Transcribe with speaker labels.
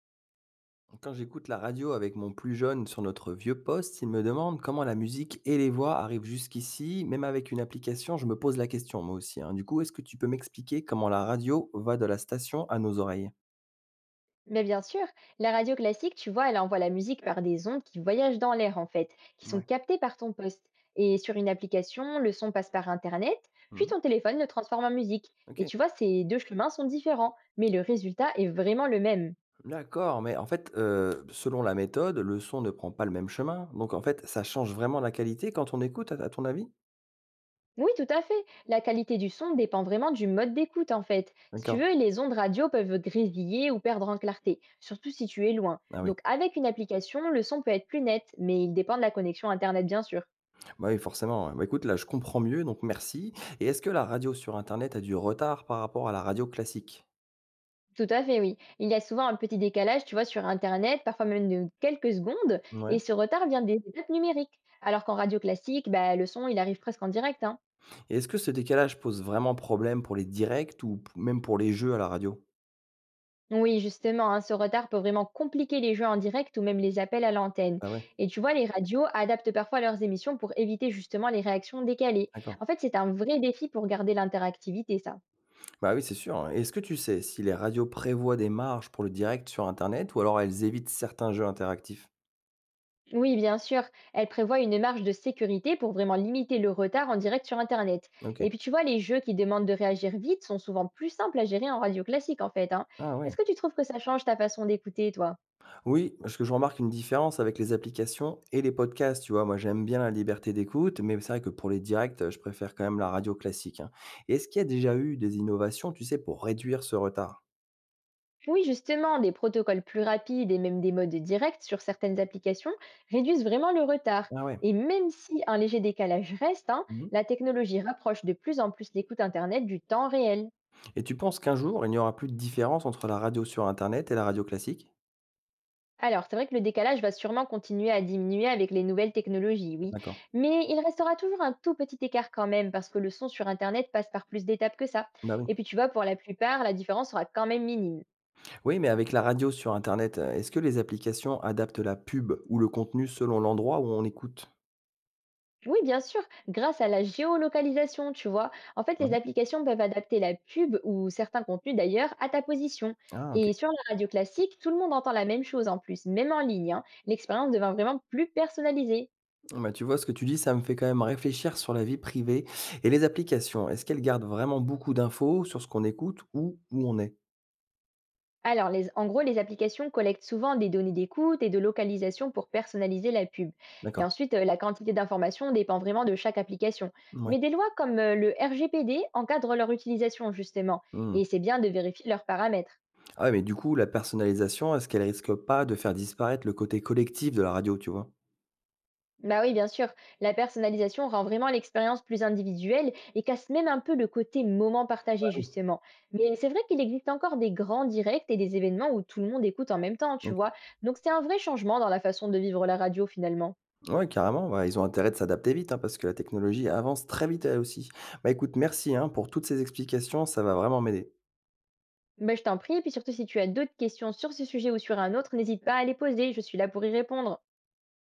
Speaker 1: Quand j'écoute la radio avec mon plus jeune sur notre vieux poste, il me demande comment la musique et les voix arrivent jusqu'ici. Même avec une application, je me pose la question, moi aussi, hein. Du coup, est-ce que tu peux m'expliquer comment la radio va de la station à nos oreilles?
Speaker 2: Mais bien sûr, la radio classique, tu vois, elle envoie la musique par des ondes qui voyagent dans l'air en fait, qui sont
Speaker 1: Ouais.
Speaker 2: captées par ton poste. Et sur une application, le son passe par Internet, puis
Speaker 1: Mhm.
Speaker 2: ton téléphone le transforme en musique. Et
Speaker 1: Ok.
Speaker 2: tu vois, ces deux chemins sont différents, mais le résultat est vraiment le même.
Speaker 1: D'accord, mais en fait, selon la méthode, le son ne prend pas le même chemin. Donc, en fait, ça change vraiment la qualité quand on écoute, à ton avis?
Speaker 2: Oui, tout à fait. La qualité du son dépend vraiment du mode d'écoute en fait. Si tu
Speaker 1: D'accord.
Speaker 2: veux, les ondes radio peuvent grésiller ou perdre en clarté, surtout si tu es loin.
Speaker 1: Ah oui.
Speaker 2: Donc avec une application, le son peut être plus net, mais il dépend de la connexion Internet bien sûr.
Speaker 1: Bah oui, forcément. Ouais. Bah écoute, là, je comprends mieux, donc merci. Et est-ce que la radio sur Internet a du retard par rapport à la radio classique?
Speaker 2: Tout à fait, oui. Il y a souvent un petit décalage, tu vois, sur internet, parfois même de quelques secondes, et
Speaker 1: Ouais.
Speaker 2: ce retard vient des étapes numériques. Alors qu'en radio classique, bah, le son, il arrive presque en direct, hein.
Speaker 1: Et est-ce que ce décalage pose vraiment problème pour les directs ou p même pour les jeux à la radio?
Speaker 2: Oui, justement, hein, ce retard peut vraiment compliquer les jeux en direct ou même les appels à l'antenne.
Speaker 1: Ah ouais,
Speaker 2: Et tu vois, les radios adaptent parfois leurs émissions pour éviter justement les réactions décalées.
Speaker 1: d'accord.
Speaker 2: En fait, c'est un vrai défi pour garder l'interactivité, ça.
Speaker 1: Bah, oui, c'est sûr, hein. Et est-ce que tu sais si les radios prévoient des marges pour le direct sur internet ou alors elles évitent certains jeux interactifs?
Speaker 2: Oui, bien sûr. Elle prévoit une marge de sécurité pour vraiment limiter le retard en direct sur Internet. Et
Speaker 1: OK.
Speaker 2: puis tu vois, les jeux qui demandent de réagir vite sont souvent plus simples à gérer en radio classique en fait, hein.
Speaker 1: Ah ouais.
Speaker 2: Est-ce que tu trouves que ça change ta façon d'écouter, toi?
Speaker 1: Oui, parce que je remarque une différence avec les applications et les podcasts, tu vois? Moi, j'aime bien la liberté d'écoute, mais c'est vrai que pour les directs, je préfère quand même la radio classique, hein. Et est-ce qu'il y a déjà eu des innovations, tu sais, pour réduire ce retard?
Speaker 2: Oui, justement, des protocoles plus rapides et même des modes directs sur certaines applications réduisent vraiment le retard.
Speaker 1: Ah ouais.
Speaker 2: Et même si un léger décalage reste, hein,
Speaker 1: Mmh.
Speaker 2: la technologie rapproche de plus en plus l'écoute Internet du temps réel.
Speaker 1: Et tu penses qu'un jour, il n'y aura plus de différence entre la radio sur internet et la radio classique?
Speaker 2: Alors, c'est vrai que le décalage va sûrement continuer à diminuer avec les nouvelles technologies, oui.
Speaker 1: D'accord.
Speaker 2: Mais il restera toujours un tout petit écart quand même, parce que le son sur Internet passe par plus d'étapes que ça.
Speaker 1: Bah, oui.
Speaker 2: Et puis, tu vois, pour la plupart, la différence sera quand même minime.
Speaker 1: Oui, mais avec la radio sur internet, est-ce que les applications adaptent la pub ou le contenu selon l'endroit où on écoute?
Speaker 2: Oui, bien sûr, grâce à la géolocalisation, tu vois. En fait, les
Speaker 1: Ouais.
Speaker 2: applications peuvent adapter la pub ou certains contenus d'ailleurs à ta position.
Speaker 1: Ah OK.
Speaker 2: Et sur la radio classique, tout le monde entend la même chose en plus, même en ligne, hein. L'expérience devient vraiment plus personnalisée.
Speaker 1: Bah, tu vois, ce que tu dis, ça me fait quand même réfléchir sur la vie privée et les applications. Est-ce qu'elles gardent vraiment beaucoup d'infos sur ce qu'on écoute ou où on est?
Speaker 2: Alors, en gros, les applications collectent souvent des données d'écoute et de localisation pour personnaliser la pub. Et
Speaker 1: D'accord.
Speaker 2: ensuite, la quantité d'informations dépend vraiment de chaque application.
Speaker 1: Oui.
Speaker 2: Mais des lois comme le RGPD encadrent leur utilisation, justement.
Speaker 1: Mmh.
Speaker 2: Et c'est bien de vérifier leurs paramètres.
Speaker 1: Ah ouais, mais du coup, la personnalisation, est-ce qu'elle risque pas de faire disparaître le côté collectif de la radio, tu vois?
Speaker 2: Bah oui, bien sûr, la personnalisation rend vraiment l'expérience plus individuelle et casse même un peu le côté moment
Speaker 1: Bah,
Speaker 2: partagé,
Speaker 1: oui.
Speaker 2: justement. Mais c'est vrai qu'il existe encore des grands directs et des événements où tout le monde écoute en même temps, tu
Speaker 1: OK.
Speaker 2: vois. Donc c'est un vrai changement dans la façon de vivre la radio, finalement.
Speaker 1: Ouais, carrément, bah, ils ont intérêt de s'adapter vite, hein, parce que la technologie avance très vite elle aussi. Bah écoute, merci hein, pour toutes ces explications, ça va vraiment m'aider.
Speaker 2: Bah, je t'en prie, et puis surtout si tu as d'autres questions sur ce sujet ou sur un autre, n'hésite pas à les poser, je suis là pour y répondre.